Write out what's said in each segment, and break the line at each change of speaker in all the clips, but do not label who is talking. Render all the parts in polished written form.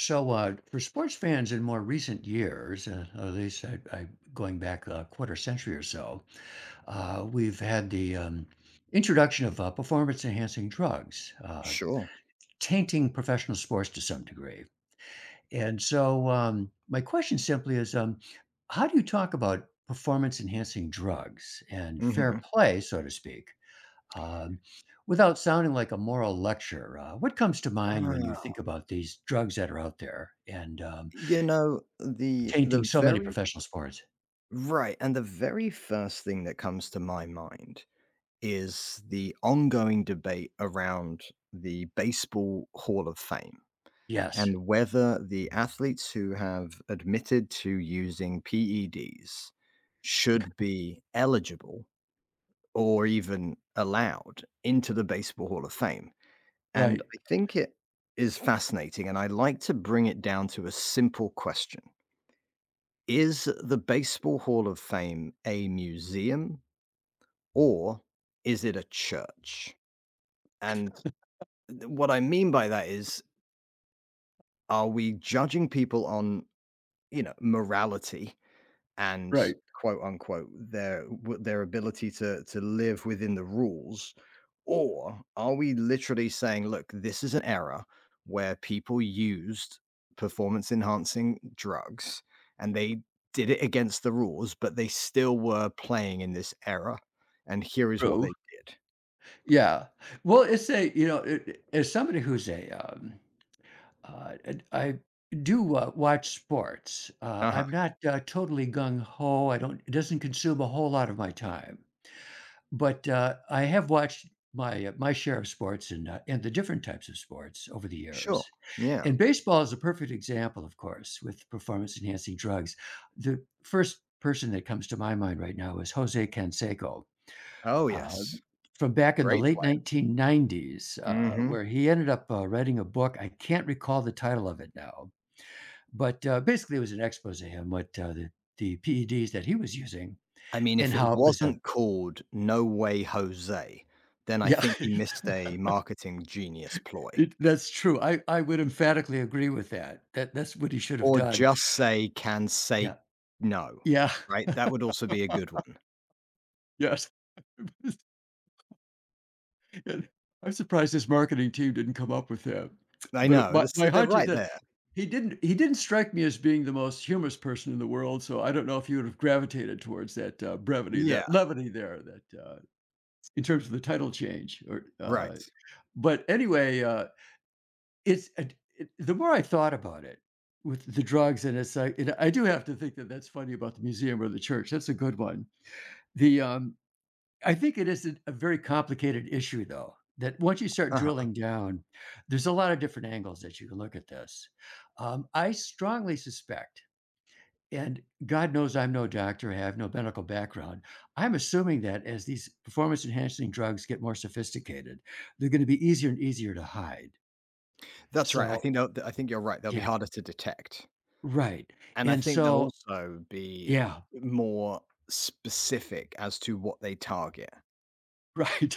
For sports fans in more recent years, at least going back a quarter century or so, we've had the introduction of performance enhancing drugs,
Sure.
tainting professional sports to some degree. My question simply is how do you talk about performance enhancing drugs and fair
Mhm.
play, so to speak, um, without sounding like a moral lecture? What comes to mind when
Ah,
you think about these drugs that are out there? And
you know, the
Tainting
the
so many
very
professional sports.
right, and the very first thing that comes to my mind is the ongoing debate around the Baseball Hall of Fame
Yes.
and whether the athletes who have admitted to using PEDs should be eligible or even allowed into the Baseball Hall of Fame. And
Right.
I think it is fascinating, and I like to bring it down to a simple question. Is the Baseball Hall of Fame a museum or is it a church? And what I mean by that is, are we judging people on, morality and
Right.
quote unquote their ability to live within the rules, or are we literally saying look, this is an era where people used performance enhancing drugs and they did it against the rules but they still were playing in this era and here is what
True.
they did.
Yeah. Well, it's a, as somebody who's a, and I do, watch sports.
Uh-huh.
I'm not, totally gung ho. I don't it doesn't consume a whole lot of my time. But, I have watched my share of sports and the different types of sports over the
Sure.
years.
Yeah.
And baseball is a perfect example, of course, with performance enhancing drugs. The first person that comes to my mind right now is Jose Canseco,
Oh
uh,
yes,
from back in the
great
late
player.
1990s,
Hmm.
where he ended up, writing a book. I can't recall the title of it now, but, basically, it was an expose on what, the PEDs that he was using
I mean,
and
if
how
it
it was a.
wasn't called No Way Jose, then I
Yeah.
think he missed a marketing genius ploy.
It that's true. I would emphatically agree with that. That's what he should have
Or
done.
just say, "Can say
Yeah.
no,"
Yeah.
right? That would also be a good one.
Yes. And I'm surprised his marketing team didn't come up with that.
I
But
know,
my
this
my
they're
hunch is
right
that
there.
he didn't strike me as being the most humorous person in the world, so I don't know if he would have gravitated towards that, brevity,
Yeah,
that levity there in terms of the title change,
right.
but anyway, It's it it the more I thought about it with the drugs, and it's like, and I do have to think that that's funny about the museum or the church, that's a good one. The, um I think it is a very complicated issue, though, that once you start
Uh-huh.
drilling down, there's a lot of different angles that you can look at this. I strongly suspect, and God knows I'm no doctor, I have no medical background, I'm assuming that as these performance-enhancing drugs get more sophisticated, they're gonna be easier and easier to hide.
That's right,
So
I think you're right, they'll be
yeah.
harder to detect.
Right,
And I
and
think they'll
so
also be
yeah,
more specific as to what they target.
right.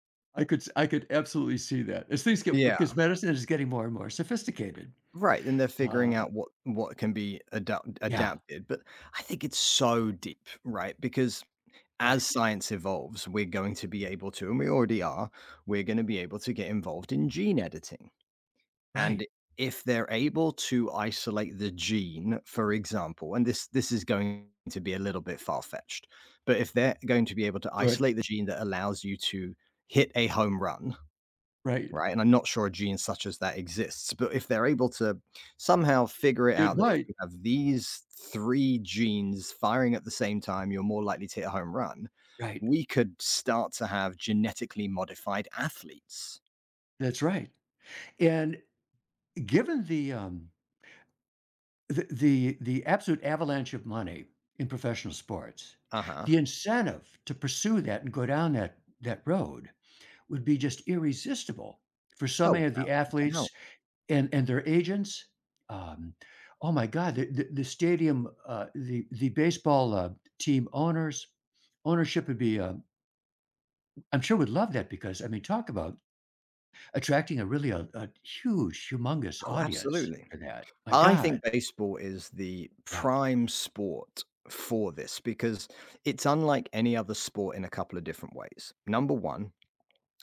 I could absolutely see that. As things get,
Yeah.
because medicine is getting more and more sophisticated.
Right, and they're figuring
Uh,
out what can be
yeah,
adapted, but I think it's so deep, right? Because as
right,
science evolves, we're going to be able to, and we already are, we're going to be able to get involved in gene editing. And
right,
if they're able to isolate the gene, for example, and this is going to be a little bit far fetched, but if they're going to be able to
good,
isolate the gene that allows you to hit a home run,
right.
right? And I'm not sure a gene such as that exists, but if they're able to somehow figure it
It
out that if
might,
you have these three genes firing at the same time, you're more likely to hit a home run,
right,
we could start to have genetically modified athletes.
that's right. And given the absolute avalanche of money in professional sports,
Uh huh.
the incentive to pursue that and go down that road would be just irresistible for so
Oh,
many of the
without a
athletes.
doubt.
And their agents, um, oh my god, the stadium, the baseball, team owners ownership would be, I'm sure would love that because, I mean, talk about attracting a really a huge, humongous
Oh,
audience
absolutely.
for that. My
I think
god.
baseball is the
Yeah,
prime sport for this because it's unlike any other sport in a couple of different ways. Number one,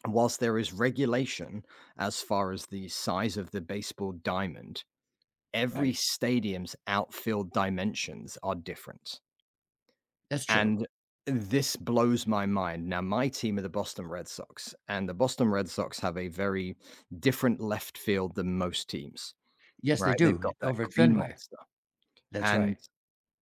whilst there is regulation as far as the size of the baseball diamond, every
right.
stadium's outfield dimensions are different.
That's true.
And this blows my mind. Now, my team are the Boston Red Sox, and the Boston Red Sox have a very different left field than most teams,
Yes,
right?
they
They've
do,
got that
over at
green
Fenway.
monster.
That's right.
And,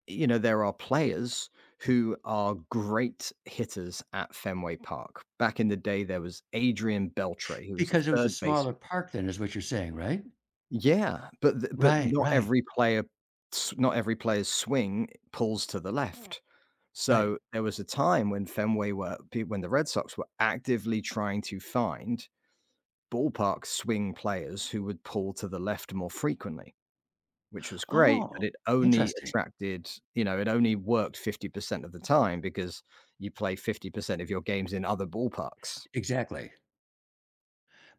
you know, there are players who are great hitters at Fenway Park. Back in the day, there was Adrian Beltre, who was a
Because it was a
third
smaller
baseman.
park then is what you're saying, right?
Yeah, but th but
Right,
not
right,
every player s not every player's swing pulls to the left.
right.
So, there was a time when Fenway were pe when the Red Sox were actively trying to find ballpark swing players who would pull to the left more frequently, which was great, but
Oh,
it only
interesting.
attracted you know, it only worked 50% of the time because you play 50% of your games in other ballparks.
Exactly.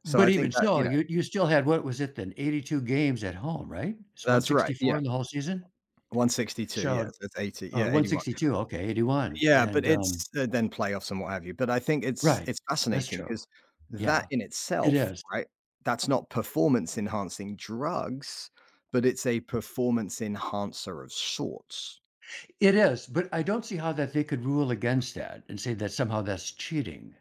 So,
But
I think
even
that,
so, you still had what was it then, 82 games at home, right? It's
that's right,
164
yeah,
in the whole season?
162, yeah,
So
so it's 80,
or
yeah, 81.
162, okay, 81,
Yeah, but
and
it's Then playoffs and what have you, but I think
right,
it's
that's
fascinating
true.
because that
Yeah,
in
it
itself,
is.
right, that's not performance enhancing drugs, but it's a performance enhancer of sorts.
It is, but I don't see how that they could rule against that and say that somehow that's cheating,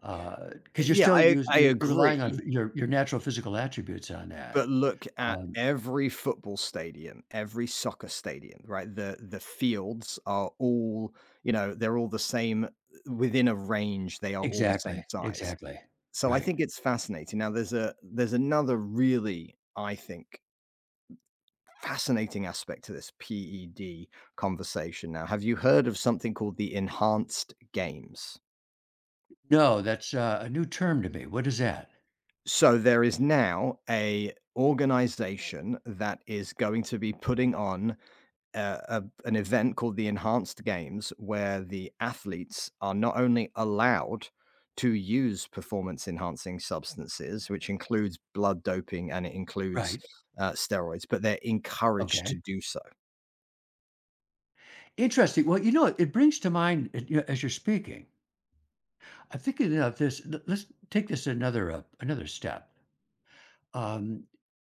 because 'cause you're
Yeah,
still use
I
you're relying on
agree,
your natural physical attributes on that.
but look at
Um
every football stadium, every soccer stadium, right? The fields are all, you know, they're all the same within a range, they are all the same
Exactly,
size.
exactly,
So I
right.
think it's fascinating. Now there's a there's another really, I think, fascinating aspect to this PED conversation now. Have you heard of something called the enhanced games?
No, that's, a new term to me. What is that?
So there is now a organization that is going to be putting on a an event called the Enhanced Games, where the athletes are not only allowed to use performance enhancing substances, which includes blood doping and it includes
Right,
steroids, but they're encouraged to
okay.
do so.
Interesting. Well, you know, it brings to mind it, you know, as you're speaking. I'm thinking of this. Let's take this another another step. Um,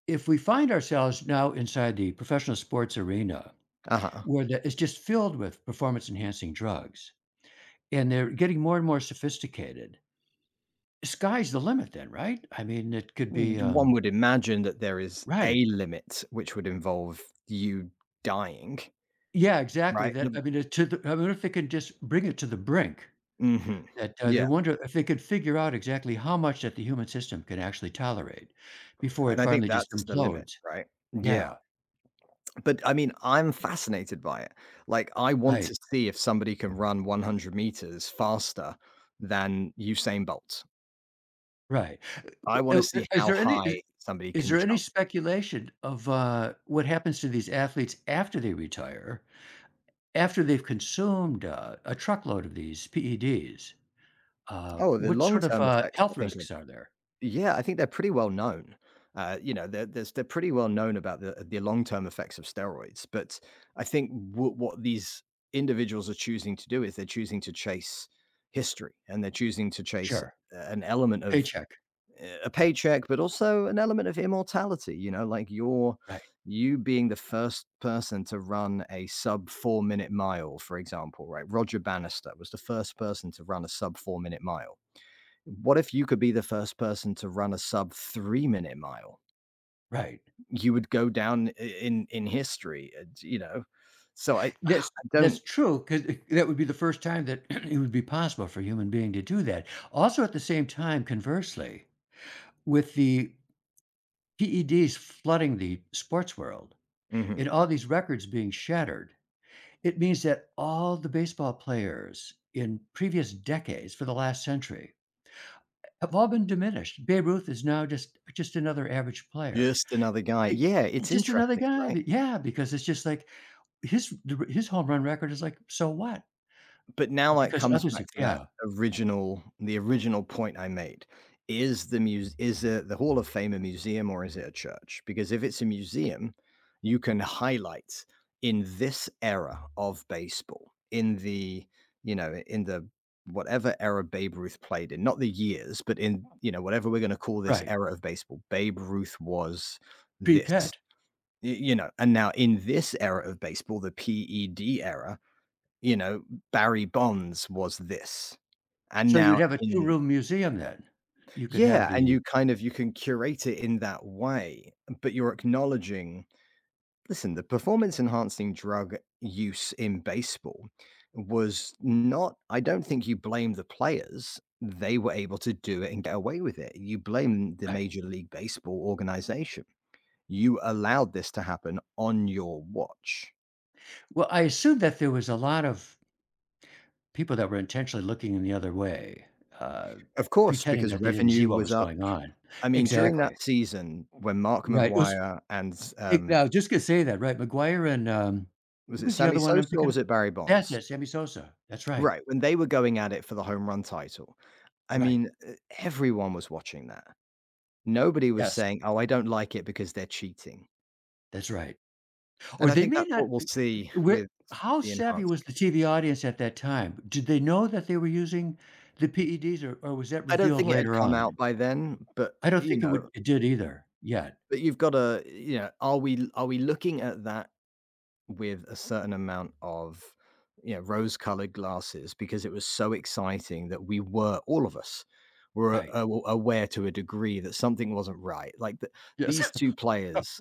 if we find ourselves now inside the professional sports arena,
Uh-huh.
where the, it's just filled with performance-enhancing drugs, and they're getting more and more sophisticated, sky's the limit. Then, right? I mean, it could be,
One would imagine that there is
right.
a limit, which would involve you dying,
Yeah, exactly.
right?
That I mean, it, to the, I mean, if they can just bring it to the brink,
Mhm.
that, they
Yeah.
wonder if they could figure out exactly how much that the human system can actually tolerate before it
And I think
finally just
that's the limit,
implodes.
right? Yeah.
Yeah,
But, I mean, I'm fascinated by it. Like, I want to
right,
see if somebody can run 100 meters faster than Usain Bolt.
right.
I wanna
Bu
see how high somebody
is
can
there any
jump.
speculation of, what happens to these athletes after they retire, after they've consumed, a truckload of these PEDs?
Oh, the
What sort of,
long-term effects, I
health
think, are
risks are there?
yeah, I think they're pretty well known. You know, they're pretty well known about the long-term effects of steroids, but I think what these individuals are choosing to do is they're choosing to chase history, and they're choosing to chase
Sure.
an element of
Paycheck.
a paycheck, but also an element of immortality. You know, like
Right,
you being the first person to run a sub 4 minute mile, for example, right? Roger Bannister was the first person to run a sub 4 minute mile. What if you could be the first person to run a sub 3 minute mile?
right.
You would go down in history, you know. So I, I
That's
don't.
that's true, because that would be the first time that it would be possible for a human being to do that. Also, at the same time, conversely, with the PEDs flooding the sports world
Mhm.
and all these records being shattered, it means that all the baseball players in previous decades for the last century have all been diminished. Babe Ruth is now just another average player.
Just another guy.
He
Yeah,
he's
it's
just another
interesting,
guy,
right?
but yeah, because it's just like his home run record is like, so what?
But now it
Because
comes
others
back
have
to that
yeah.
original the original point I made. Is the Hall of Fame a museum or is it a church? Because if it's a museum, you can highlight in this era of baseball, in the whatever era Babe Ruth played in, not the years, but in, you know, whatever we're gonna call this
Right,
era of baseball, Babe Ruth was this,
pre-pet.
y you know? And now in this era of baseball, the PED era, you know, Barry Bonds was this, and
So you'd
now
have a
in
two-room museum then. You could have
yeah, and
the
you kind of you can curate it in that way, but you're acknowledging, listen, the performance enhancing drug use in baseball was not. I don't think you blame the players. They were able to do it and get away with it. You blame the
right.
Major League Baseball organization. You allowed this to happen on your watch.
Well, I assume that there was a lot of people that were intentionally looking in the other way, uh,
Of course,
pretending
because
that they didn't see
revenue
what
was
was
up.
going on.
I mean, during that
Exactly.
season when Mark
Right, it was
McGuire and,
it now, just gonna say that, right, McGuire and, who
was it
was the
Sammy
other one I'm
Sosa or
thinking
was
of?
it Barry
That's
Bonds?
it, Sammy Sosa. That's right.
Right, when they were going at it for the home run title, I
Right.
mean, e everyone was watching that. Nobody was
Yes,
saying, "Oh, I don't like it because they're cheating."
that's right.
And
Or
I
they
think
may
that's what
not
we'll see
where
with
how
the
savvy
enhanced.
was the TV audience at that time? Did they know that they were using the PEDs, or was that
I don't
revealed
think it had
later
come
on?
out by then, but,
I don't
you
think it
know,
would it did either yet,
but you've gotta you know, are we looking at that with a certain amount of you know rose-colored glasses because it was so exciting that we were all of us were
right.
aware to a degree that something wasn't right. Like the,
Yes,
these two players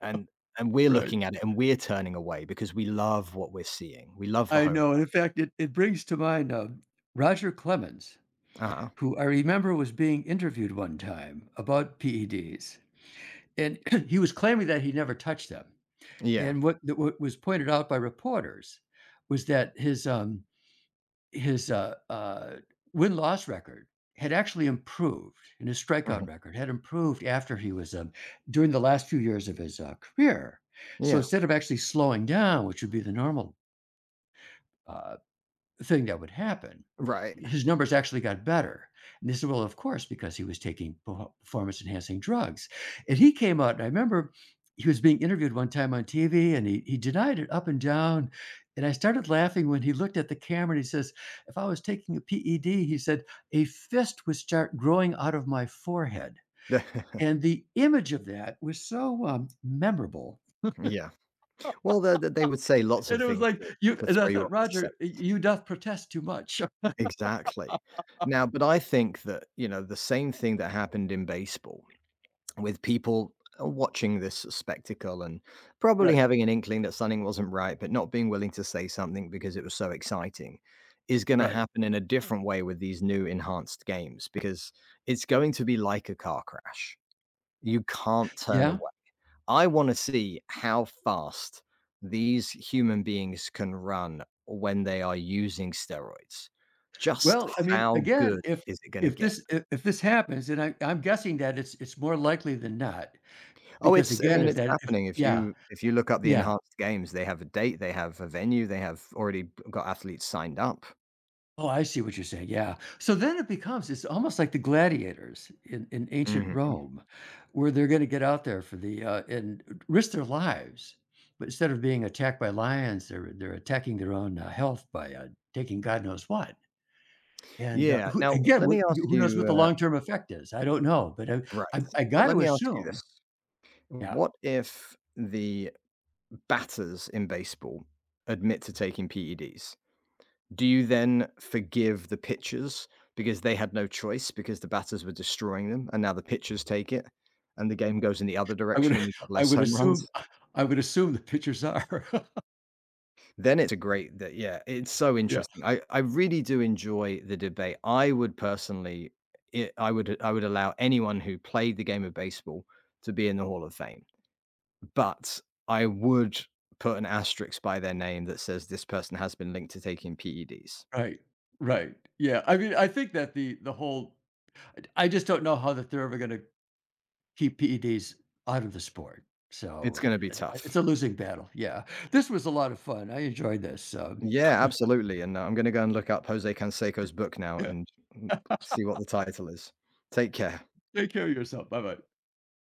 and we're
right.
looking at it and we're turning away because we love what we're seeing. We love the
I
home.
know, and in fact, it brings to mind, Roger Clemens,
Uh-huh.
who I remember was being interviewed one time about PEDs, and he was claiming that he never touched them,
Yeah.
and what was pointed out by reporters was that his win-loss record had actually improved, and his
Mhm.
strikeout record had improved after he was, during the last few years of his, career. So
Yeah.
instead of actually slowing down, which would be the normal, uh thing that would happen.
Right.
His numbers actually got better. And this is, well, of course, because he was taking performance enhancing drugs. And he came out, and I remember he was being interviewed one time on TV, and he denied it up and down. And I started laughing when he looked at the camera, and he says, "If I was taking a PED," he said, "a fist would start growing out of my forehead." And the image of that was so, memorable.
yeah. Well, they would say lots
And
of
it was
things
like, you
to
and I
throw you
thought,
off the
"Roger,
scent.
you doth protest too much."
Exactly. Now, but I think that, you know, the same thing that happened in baseball with people watching this spectacle and probably
Right,
having an inkling that something wasn't right, but not being willing to say something because it was so exciting is going to
right.
happen in a different way with these new enhanced games because it's going to be like a car crash. You can't turn
Yeah?
away. I want to see how fast these human beings can run when they are using steroids. Just
Well, I mean,
how good
again,
is it gonna get?
if this happens, and I'm guessing that it's more likely than not,
Oh,
because
it's I
again,
mean,
is
it's
that if
happening.
yeah,
If you look up the
yeah.
enhanced games, they have a date, they have a venue, they have already got athletes signed up.
Oh, I see what you're saying, yeah. So then it becomes it's almost like the gladiators in ancient
Mhm.
Rome, where they're gonna get out there for and risk their lives, but instead of being attacked by lions, they're attacking their own, health by, taking God knows what. And,
Yeah.
who
Now
again,
let
what
me ask
who knows what
you,
the long-term effect is? I don't know, but I
right,
I I
but
got
let
to
me ask you
assume
this.
yeah.
What if the batters in baseball admit to taking PEDs? Do you then forgive the pitchers because they had no choice because the batters were destroying them and now the pitchers take it and the game goes in the other
I
direction
would
and we get
I
less
would
home
assume
runs?
I would assume the pictures are.
Then it's a great that yeah, it's so
Yeah,
interesting. I really do enjoy the debate. I would personally I would allow anyone who played the game of baseball to be in the Hall of Fame. But I would put an asterisk by their name that says this person has been linked to taking PEDs.
right, right. Yeah, I mean, I think that the whole I just don't know how that they're ever gonna keep PEDs out of the sport.
It's
So,
going to be tough.
it's a losing battle, yeah. This was a lot of fun. I enjoyed this,
Yeah, absolutely, and, I'm gonna go and look up Jose Canseco's book now
yeah.
and, mm, see what the title is. Take care.
Take care of yourself. Bye-bye.